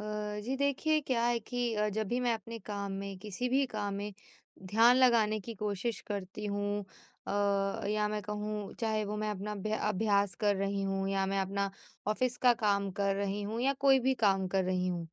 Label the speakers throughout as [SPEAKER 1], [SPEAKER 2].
[SPEAKER 1] अ, जी देखिए क्या है कि जब भी मैं अपने काम में किसी भी काम में ध्यान लगाने की कोशिश करती हूँ, अ, या मैं कहूँ चाहे वो मैं अपना अभ्यास कर रही हूँ या मैं अपना ऑफिस का काम कर रही हूँ या कोई भी काम कर रही हूँ,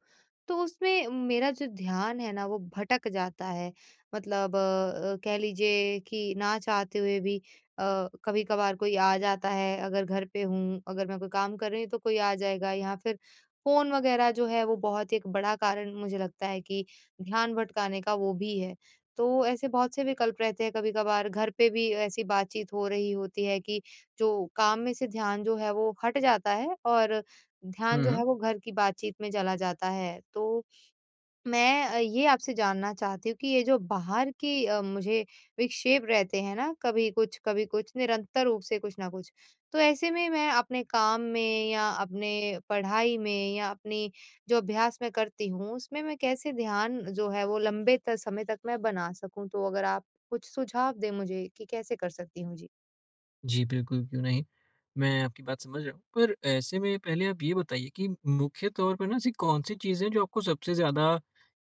[SPEAKER 1] तो उसमें मेरा जो ध्यान है ना वो भटक जाता है। मतलब कह लीजिए कि ना चाहते हुए भी कभी कभार कोई आ जाता है। अगर घर पे हूँ, अगर मैं कोई काम कर रही हूँ तो कोई आ जाएगा, या फिर फोन वगैरह जो है वो बहुत एक बड़ा कारण मुझे लगता है कि ध्यान भटकाने का वो भी है। तो ऐसे बहुत से विकल्प रहते हैं। कभी कभार घर पे भी ऐसी बातचीत हो रही होती है कि जो काम में से ध्यान जो है वो हट जाता है और ध्यान
[SPEAKER 2] हुँ,
[SPEAKER 1] जो है
[SPEAKER 2] हुँ।
[SPEAKER 1] वो घर की बातचीत में चला जाता है। तो मैं ये आपसे जानना चाहती हूँ कि ये जो बाहर की मुझे विक्षेप रहते हैं ना, कभी कुछ, कभी कुछ, निरंतर रूप से कुछ ना कुछ। तो ऐसे में मैं अपने काम में या अपने पढ़ाई में या अपनी जो अभ्यास मैं करती हूँ, उसमें मैं कैसे ध्यान जो है वो लंबे त समय तक मैं बना सकूँ? तो अगर आप कुछ सुझाव दें मुझे कि कैसे कर सकती हूँ? जी।
[SPEAKER 2] जी, बिल्कुल, क्यों नहीं। मैं आपकी बात समझ रहा हूँ। पर ऐसे में पहले आप ये बताइए कि मुख्य तौर पर ना ऐसी कौन-सी चीज़ें हैं जो आपको सबसे ज़्यादा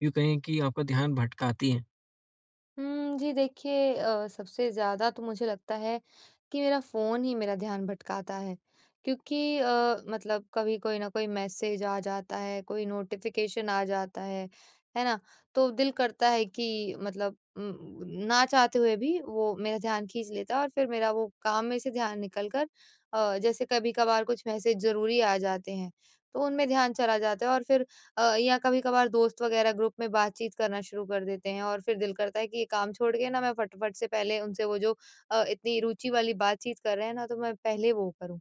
[SPEAKER 2] यूँ कहें कि आपका ध्यान भटकाती हैं?
[SPEAKER 1] हुँ, जी देखिए, सबसे ज़्यादा तो मुझे लगता है कि मेरा फ़ोन ही मेरा ध्यान भटकाता है। क्योंकि मतलब कभी कोई ना कोई मैसेज आ जाता है, कोई नोटिफ़िकेशन आ जाता है ना? तो दिल करता है कि मतलब ना चाहते हुए भी वो मेरा ध्यान खींच लेता है और फिर मेरा वो काम में से ध्यान निकल कर जैसे कभी-कभार कुछ मैसेज ज़रूरी आ जाते हैं, तो उनमें ध्यान चला जाता है और फिर या कभी-कभार दोस्त वगैरह ग्रुप में बातचीत करना शुरू कर देते हैं, और फिर दिल करता है कि ये काम छोड़ के ना मैं फटाफट से पहले उनसे वो जो इतनी रुचि वाली बातचीत कर रहे हैं ना, तो मैं पहले वो करूँ।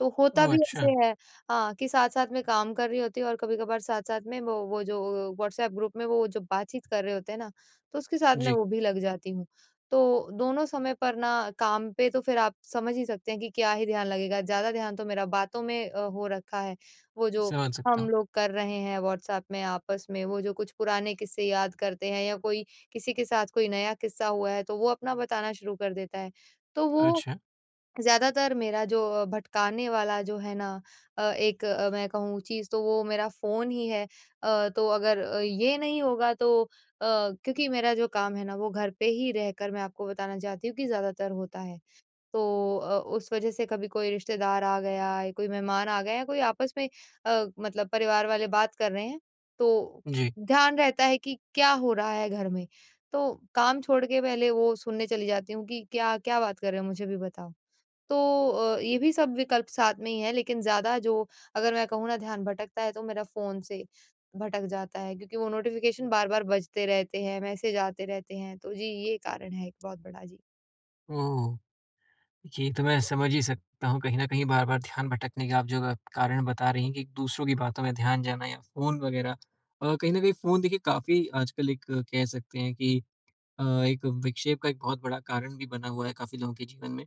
[SPEAKER 1] तो होता
[SPEAKER 2] ओह!
[SPEAKER 1] भी
[SPEAKER 2] अच्छा,
[SPEAKER 1] ऐसे है। हाँ, कि साथ-साथ में काम कर रही होती हूँ और कभी-कभार साथ-साथ में वो जो व्हाट्सएप ग्रुप में वो जो बातचीत कर रहे होते हैं ना, तो उसके साथ मैं
[SPEAKER 2] जी,
[SPEAKER 1] वो भी लग जाती हूँ। तो दोनों समय पर ना काम पे तो फिर आप समझ ही सकते हैं कि क्या ही ध्यान लगेगा, ज़्यादा ध्यान तो मेरा बातों में हो रखा है। वो जो
[SPEAKER 2] समझ सकता
[SPEAKER 1] हम
[SPEAKER 2] हूँ।
[SPEAKER 1] लोग कर रहे हैं व्हाट्सएप में आपस में, वो जो कुछ पुराने किस्से याद करते हैं या कोई किसी के साथ कोई नया किस्सा हुआ है, तो वो अपना बताना शुरू कर देता है। तो वो
[SPEAKER 2] अच्छा,
[SPEAKER 1] ज़्यादातर मेरा जो भटकाने वाला जो है ना एक मैं कहूँ चीज़, तो वो मेरा फ़ोन ही है। तो अगर ये नहीं होगा तो क्योंकि मेरा जो काम है ना वो घर पे ही रहकर मैं आपको बताना चाहती हूँ कि ज़्यादातर होता है। तो उस वज़ह से कभी कोई रिश्तेदार आ गया या कोई मेहमान आ गया या कोई आपस में मतलब परिवार वाले बात कर रहे हैं, तो क
[SPEAKER 2] जी।
[SPEAKER 1] ध्यान रहता है कि क्या हो रहा है घर में। तो काम छोड़ के पहले वो सुनने चली जाती हूँ कि क्या क्या बात कर रहे हो, मुझे भी बताओ। तो ये भी सब विकल्प साथ में ही हैं, लेकिन ज़्यादा जो अगर मैं कहूँ ना ध्यान भटकता है, तो मेरा फ़ोन से भटक जाता है क्योंकि वो नोटिफ़िकेशन बार-बार बजते रहते हैं, मैसेज आते रहते हैं। तो जी, ये कारण है एक बहुत बड़ा। जी।
[SPEAKER 2] ओह! ये तो मैं समझ ही सकता हूँ, कहीं न कहीं बार-बार ध्यान भटकने के आप जो कारण बता रही हैं, कि दूसरों की बातों में ध्यान जाना या फ़ोन वग़ैरह। कहीं न कहीं फ़ोन देखिए काफ़ी आजकल एक कह सकते हैं कि एक विक्षेप का एक बहुत बड़ा कारण भी बना हुआ है काफ़ी लोगों के जीवन में।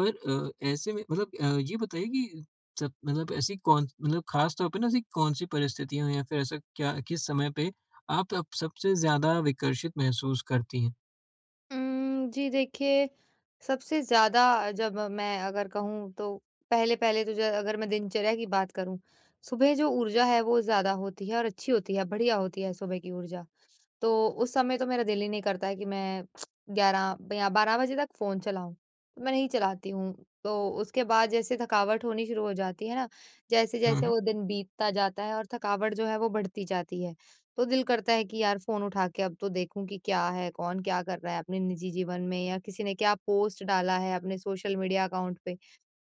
[SPEAKER 2] पर ऐसे में मतलब ये बताइए कि सब मतलब ऐसी कौन मतलब ख़ास तौर पे ना ऐसी कौन-सी परिस्थितियाँ या फिर ऐसा क्या, किस समय पे आप अब सबसे ज़्यादा विकर्षित महसूस करती हैं?
[SPEAKER 1] जी देखिए, सबसे ज़्यादा जब मैं अगर कहूँ तो पहले-पहले तो ज अगर मैं दिनचर्या की बात करूँ, सुबह जो ऊर्जा है वो ज़्यादा होती है और अच्छी होती है, बढ़िया होती है सुबह की ऊर्जा। तो उस समय तो मेरा दिल ही नहीं करता है कि मैं 11 या 12 बजे तक फ़ोन चलाऊँ, तो मैं नहीं चलाती हूँ। तो उसके बाद जैसे थकावट होनी शुरू हो जाती है ना,
[SPEAKER 2] हुँ,
[SPEAKER 1] जैसे-जैसे
[SPEAKER 2] हुँ।
[SPEAKER 1] वो दिन बीतता जाता है और थकावट जो है वो बढ़ती जाती है। तो दिल करता है कि यार फ़ोन उठा के अब तो देखूँ कि क्या है, कौन क्या कर रहा है अपने निजी जीवन में या किसी ने क्या पोस्ट डाला है अपने सोशल मीडिया अकाउंट पे।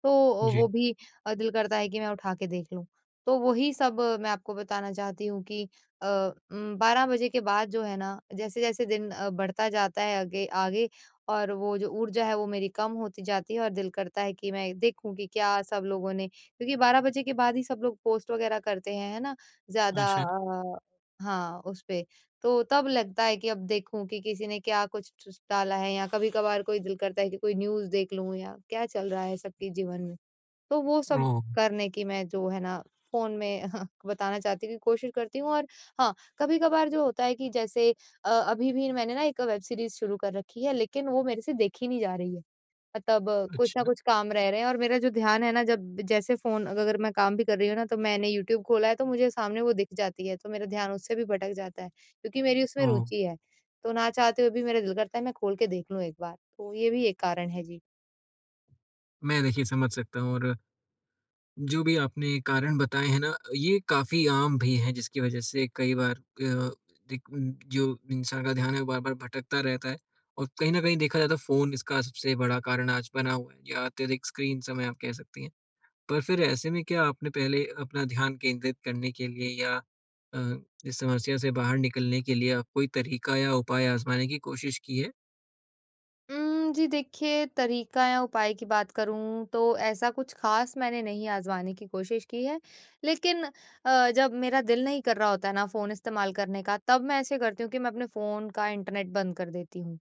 [SPEAKER 1] तो वो
[SPEAKER 2] जी।
[SPEAKER 1] भी दिल करता है कि मैं उठा के देख लूँ। तो वही सब मैं आपको बताना चाहती हूँ कि अ, 12 बजे के बाद जो है ना, जैसे-जैसे दिन बढ़ता जाता है आगे आगे और वो जो ऊर्जा है वो मेरी कम होती जाती है और दिल करता है कि मैं देखूँ कि क्या सब लोगों ने, क्योंकि 12 बजे के बाद ही सब लोग पोस्ट वगैरह करते हैं, है ना? ज़्यादा
[SPEAKER 2] अच्छा।
[SPEAKER 1] हाँ, उस पे। तो तब लगता है कि अब देखूँ कि किसी ने क्या कुछ च डाला है, या कभी-कभार कोई दिल करता है कि कोई न्यूज़ देख लूँ या क्या चल रहा है सबके जीवन में। तो वो सब
[SPEAKER 2] ओह!
[SPEAKER 1] करने की मैं जो है ना फ़ोन में बताना चाहती हूँ कि कोशिश करती हूँ, और हाँ, कभी-कभार जो होता है कि जैसे अभी भी मैंने ना एक वेब सीरीज़ शुरू कर रखी है, लेकिन वो मेरे से देखी नहीं जा रही है। मतलब कुछ ना
[SPEAKER 2] अच्छा।
[SPEAKER 1] कुछ काम रह रहे हैं और मेरा जो ध्यान है ना जब जैसे फ़ोन अग अगर मैं काम भी कर रही हूँ ना तो मैंने यूट्यूब खोला है तो मुझे सामने वो दिख जाती है, तो मेरा ध्यान उससे भी भटक जाता है क्योंकि मेरी उसमें
[SPEAKER 2] ओह!
[SPEAKER 1] रुचि है। तो ना चाहते हुए भी मेरा दिल करता है मैं खोल के देख लूँ एक बार, तो ये भी एक कारण है। जी।
[SPEAKER 2] मैं देखिए समझ सकता हूँ, और जो भी आपने कारण बताए हैं ना, ये काफ़ी आम भी हैं, जिसकी वजह से कई बार अ, दिक जो इंसान का ध्यान है वो बार-बार भटकता रहता है, और कहीं न कहीं देखा जाता है फ़ोन इसका सबसे बड़ा कारण आज बना हुआ है, या अत्यधिक स्क्रीन समय आप कह सकती हैं। पर फिर ऐसे में क्या आपने पहले अपना ध्यान केंद्रित करने के लिए या अ, इस समस्या से बाहर निकलने के लिए आप कोई तरीका या उपाय आज़माने की कोशिश की है?
[SPEAKER 1] जी देखिए, तरीका या उपाय की बात करूँ तो ऐसा कुछ ख़ास मैंने नहीं आज़माने की कोशिश की है। लेकिन जब मेरा दिल नहीं कर रहा होता है ना फ़ोन इस्तेमाल करने का, तब मैं ऐसे करती हूँ कि मैं अपने फ़ोन का इंटरनेट बंद कर देती हूँ।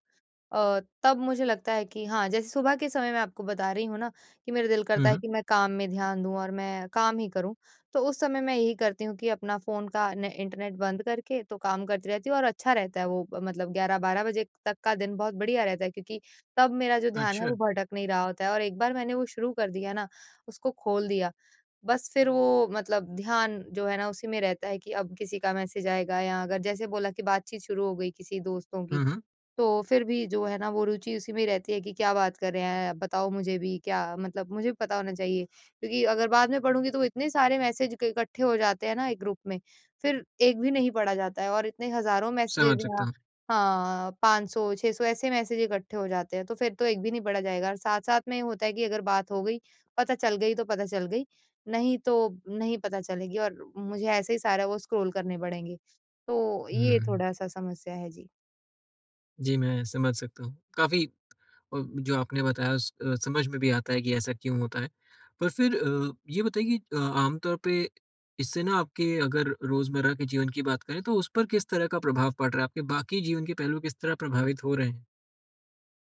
[SPEAKER 1] तब मुझे लगता है कि हाँ, जैसे सुबह के समय मैं आपको बता रही हूँ ना कि मेरा दिल करता
[SPEAKER 2] हुँ,
[SPEAKER 1] है
[SPEAKER 2] हुँ।
[SPEAKER 1] कि मैं काम में ध्यान दूँ और मैं काम ही करूँ। तो उस समय मैं यही करती हूँ कि अपना फ़ोन का ने इंटरनेट बंद करके तो काम करती रहती हूँ और अच्छा रहता है, वो मतलब 11-12 बजे तक का दिन बहुत बढ़िया रहता है क्योंकि तब मेरा जो ध्यान है
[SPEAKER 2] अच्छा।
[SPEAKER 1] वो भटक नहीं रहा होता है, और एक बार मैंने वो शुरू कर दिया ना, उसको खोल दिया, बस फिर वो मतलब ध्यान जो है ना उसी में रहता है कि अब किसी का मैसेज आएगा या अगर जैसे बोला कि बातचीत शुरू हो गई किसी दोस्तों की,
[SPEAKER 2] हुँ, हुँ।
[SPEAKER 1] तो फिर भी जो है ना वो रुचि उसी में ही रहती है कि क्या बात कर रहे हैं, बताओ मुझे भी, क्या मतलब मुझे भी पता होना चाहिए। क्योंकि अगर बाद में पढ़ूँगी तो इतने सारे मैसेज क इकट्ठे हो जाते हैं ना एक ग्रुप में, फिर एक भी नहीं पढ़ा जाता है, और इतने हज़ारों
[SPEAKER 2] समझ
[SPEAKER 1] मैसेजेज़ या
[SPEAKER 2] सकता हूँ।
[SPEAKER 1] हाँ, 500, 600 ऐसे मैसेज इकट्ठे हो जाते हैं, तो फिर तो एक भी नहीं पढ़ा जाएगा, और साथ-साथ में ये होता है कि अगर बात हो गई, पता चल गई तो पता चल गई, नहीं तो नहीं पता चलेगी और मुझे ऐसे ही सारा वो स्क्रॉल करने पड़ेंगे। तो ये
[SPEAKER 2] हुँ।
[SPEAKER 1] थोड़ा-सा समस्या है। जी।
[SPEAKER 2] जी, मैं समझ सकता हूँ। काफ़ी जो आपने बताया, उस समझ में भी आता है कि ऐसा क्यों होता है। पर फिर ये बताइए कि आम तौर पे इससे ना आपके, अगर रोज़मर्रा के जीवन की बात करें, तो उस पर किस तरह का प्रभाव पड़ रहा है? आपके बाकी जीवन के पहलू किस तरह प्रभावित हो रहे हैं?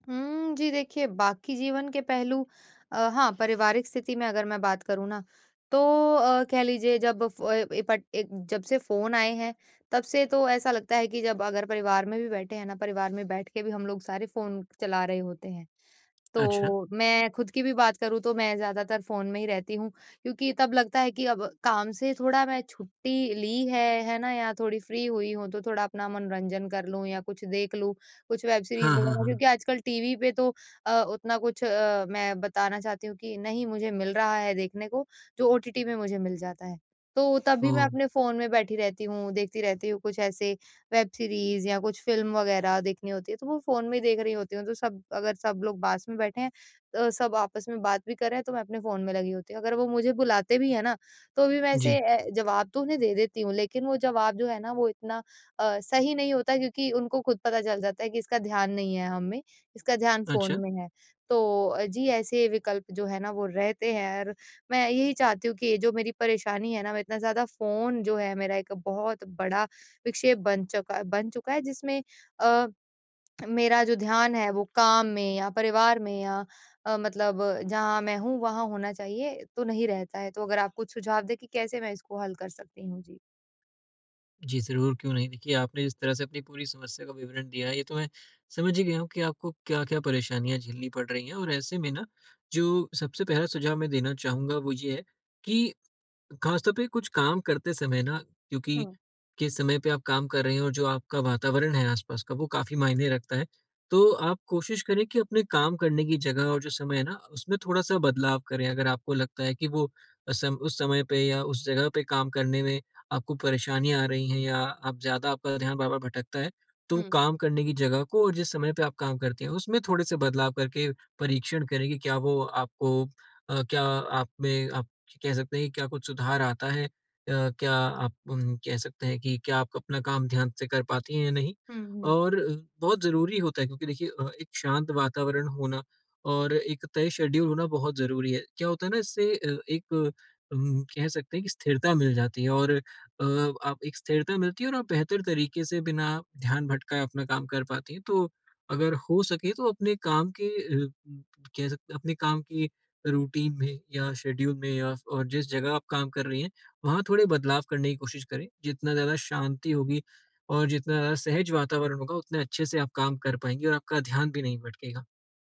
[SPEAKER 1] हुँ, जी देखिए, बाकी जीवन के पहलू हाँ, पारिवारिक स्थिति में अगर मैं बात करूँ ना, तो कह लीजिए जब फ़ ए पट एक जब से फ़ोन आए हैं, तब से तो ऐसा लगता है कि जब अगर परिवार में भी बैठे हैं ना, परिवार में बैठ के भी हम लोग सारे फ़ोन चला रहे होते हैं। तो
[SPEAKER 2] अच्छा।
[SPEAKER 1] मैं खुद की भी बात करूँ तो मैं ज़्यादातर फ़ोन में ही रहती हूँ क्योंकि तब लगता है कि अब काम से थोड़ा मैं छुट्टी ली है ना? या थोड़ी फ्री हुई हूँ तो थोड़ा अपना मनोरंजन कर लूँ या कुछ देख लूँ, कुछ वेब सीरीज़
[SPEAKER 2] हाँ, हाँ,
[SPEAKER 1] वगैरह,
[SPEAKER 2] हाँ।
[SPEAKER 1] क्योंकि आजकल टीवी पे तो उतना कुछ मैं बताना चाहती हूँ कि नहीं मुझे मिल रहा है देखने को, जो ओटीटी में मुझे मिल जाता है। तो तब भी मैं
[SPEAKER 2] ओह!
[SPEAKER 1] अपने फ़ोन में बैठी रहती हूँ, देखती रहती हूँ, कुछ ऐसे वेब सीरीज़ या कुछ फ़िल्म वग़ैरह देखनी होती है, तो वो फ़ोन में ही देख रही होती हूँ। तो सब, अगर सब लोग पास में बैठे हैं, सब आपस में बात भी कर रहे हैं, तो मैं अपने फ़ोन में लगी होती हूँ। अगर वो मुझे बुलाते भी हैं ना, तो भी मैं ऐसे
[SPEAKER 2] जी।
[SPEAKER 1] जवाब तो उन्हें दे देती हूँ, लेकिन वो जवाब जो है ना, वो इतना सही नहीं होता क्योंकि उनको खुद पता चल जाता है कि इसका ध्यान नहीं है हम में, इसका ध्यान फ़ोन
[SPEAKER 2] अच्छा।
[SPEAKER 1] में है। तो जी, ऐसे विकल्प जो है ना, वो रहते हैं, और मैं यही चाहती हूँ कि ये जो मेरी परेशानी है ना, मैं इतना ज़्यादा फ़ोन जो है, मेरा एक बहुत बड़ा विक्षेप बन चुका है, जिसमें अ, मेरा जो ध्यान है वो काम में या परिवार में या मतलब जहाँ मैं हूँ वहाँ होना चाहिए तो नहीं रहता है। तो अगर आप कुछ सुझाव दें कि कैसे मैं इसको हल कर सकती हूँ? जी।
[SPEAKER 2] जी, ज़रूर, क्यों नहीं। देखिए, आपने जिस तरह से अपनी पूरी समस्या का विवरण दिया है, ये तो मैं समझ ही गया हूँ कि आपको क्या-क्या परेशानियाँ झेलनी पड़ रही हैं, और ऐसे में ना, जो सबसे पहला सुझाव मैं देना चाहूँगा, वो ये है कि खासतौर पे कुछ काम करते समय ना, क्योंकि
[SPEAKER 1] हुँ,
[SPEAKER 2] किस समय पे आप काम कर रहे हैं और जो आपका वातावरण है आसपास का, वो काफी मायने रखता है। तो आप कोशिश करें कि अपने काम करने की जगह और जो समय है ना उसमें थोड़ा-सा बदलाव करें। अगर आपको लगता है कि वो सम उस समय पे या उस जगह पे काम करने में आपको परेशानियाँ आ रही हैं, या आप ज़्यादा, आपका ध्यान बार-बार भटकता है, तो वो
[SPEAKER 1] हुँ,
[SPEAKER 2] काम करने की जगह को और जिस समय पे आप काम करते हैं उसमें थोड़े से बदलाव करके परीक्षण करें कि क्या वो आपको अ, क्या आप में आप कह सकते हैं कि क्या कुछ सुधार आता है? क्या आप कह सकते हैं कि क्या आप अपना काम ध्यान से कर पाती हैं या नहीं?
[SPEAKER 1] हुँ, हुँ,
[SPEAKER 2] और बहुत ज़रूरी होता है, क्योंकि देखिए एक शांत वातावरण होना और एक तय शेड्यूल होना बहुत ज़रूरी है। क्या होता है ना, इससे एक कह सकते हैं कि स्थिरता मिल जाती है, और अ, आप एक स्थिरता मिलती है और आप बेहतर तरीके से बिना ध्यान भटकाए अपना काम कर पाती हैं। तो अगर हो सके तो अपने काम के अ, कह सकते अपने काम की रूटीन में या शेड्यूल में, या और जिस जगह आप काम कर रही हैं, वहाँ थोड़े बदलाव करने की कोशिश करें। जितना ज़्यादा शांति होगी और जितना ज़्यादा सहज वातावरण होगा, उतने अच्छे से आप काम कर पाएँगी और आपका ध्यान भी नहीं भटकेगा।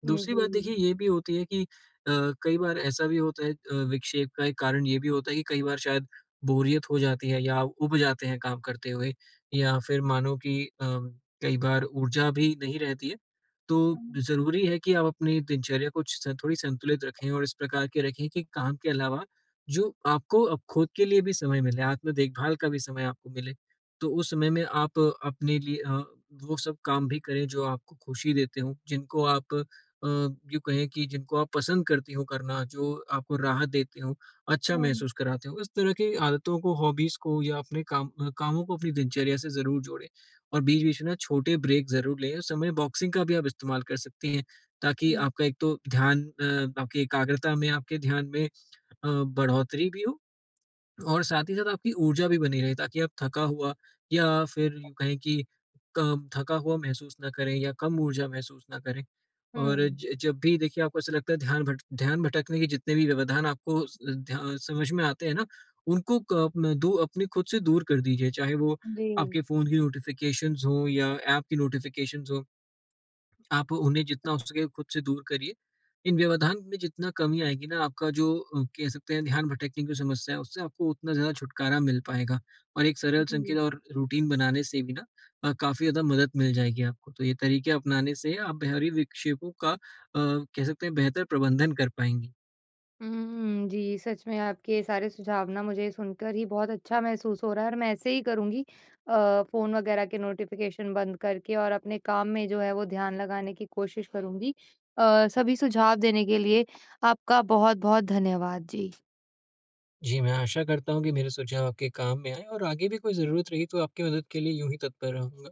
[SPEAKER 1] हुँ,
[SPEAKER 2] दूसरी बात
[SPEAKER 1] जी।
[SPEAKER 2] देखिए ये भी होती है कि कई बार ऐसा भी होता है, विक्षेप का एक कारण ये भी होता है कि कई बार शायद बोरियत हो जाती है या आप उब जाते हैं काम करते हुए, या फिर मानो कि कई बार ऊर्जा भी नहीं रहती है। तो
[SPEAKER 1] हुँ,
[SPEAKER 2] ज़रूरी है कि आप अपनी दिनचर्या को थोड़ी संतुलित रखें और इस प्रकार के रखें कि काम के अलावा जो आपको अब खुद के लिए भी समय मिले, आत्म देखभाल का भी समय आपको मिले। तो उस समय में आप अपने लिए वो सब काम भी करें जो आपको खुशी देते हों, जिनको आप अ, यूँ कहें कि जिनको आप पसंद करती हो करना, जो आपको राहत देते हो, अच्छा
[SPEAKER 1] हुँ,
[SPEAKER 2] महसूस कराते हो। इस तरह की आदतों को, हॉबीज़ को, या अपने कामों को अपनी दिनचर्या से ज़रूर जोड़ें, और बीच-बीच में ना छोटे ब्रेक ज़रूर लें। उस समय बॉक्सिंग का भी आप इस्तेमाल कर सकती हैं, ताकि
[SPEAKER 1] हुँ,
[SPEAKER 2] आपका एक तो ध्यान, आपकी एकाग्रता में, आपके ध्यान में बढ़ोतरी भी हो, और साथ ही साथ आपकी ऊर्जा भी बनी रहे, ताकि आप थका हुआ, या फिर यूँ कहें कि कम थका हुआ महसूस ना करें या कम ऊर्जा महसूस ना करें। और
[SPEAKER 1] हुँ,
[SPEAKER 2] ज जब भी देखिए आपको ऐसा लगता है, ध्यान भटकने के जितने भी व्यवधान आपको स ध्या समझ में आते हैं ना, उनको क अपना दू अपने खुद से दूर कर दीजिए। चाहे वो
[SPEAKER 1] जी,
[SPEAKER 2] आपके फ़ोन की नोटिफ़िकेशंस हों या ऐप की नोटिफ़िकेशंस हों। आप उन्हें जितना हो सके खुद से दूर करिए। इन व्यवधान में जितना कमी आएगी ना, आपका जो कह सकते हैं ध्यान भटकने की समस्या है, उससे आपको उतना ज़्यादा छुटकारा मिल पाएगा। और एक सरल संकेत
[SPEAKER 1] जी।
[SPEAKER 2] और रूटीन बनाने से भी ना काफ़ी ज़्यादा मदद मिल जाएगी आपको। तो ये तरीके अपनाने से आप बाहरी विक्षेपों का कह सकते हैं बेहतर प्रबंधन कर पाएँगी।
[SPEAKER 1] हुँ, जी, सच में आपके सारे सुझाव ना मुझे सुनकर ही बहुत अच्छा महसूस हो रहा है और मैं ऐसे ही करूँगी, फ़ोन वग़ैरह के नोटिफ़िकेशन बंद करके और अपने काम में जो है वो ध्यान लगाने की कोशिश करूँगी। सभी सुझाव देने के लिए आपका बहुत-बहुत धन्यवाद। जी।
[SPEAKER 2] जी, मैं आशा करता हूँ कि मेरे सुझाव आपके काम में आएँ, और आगे भी कोई ज़रूरत रही तो आपकी मदद के लिए यूँ ही तत्पर रहूँगा।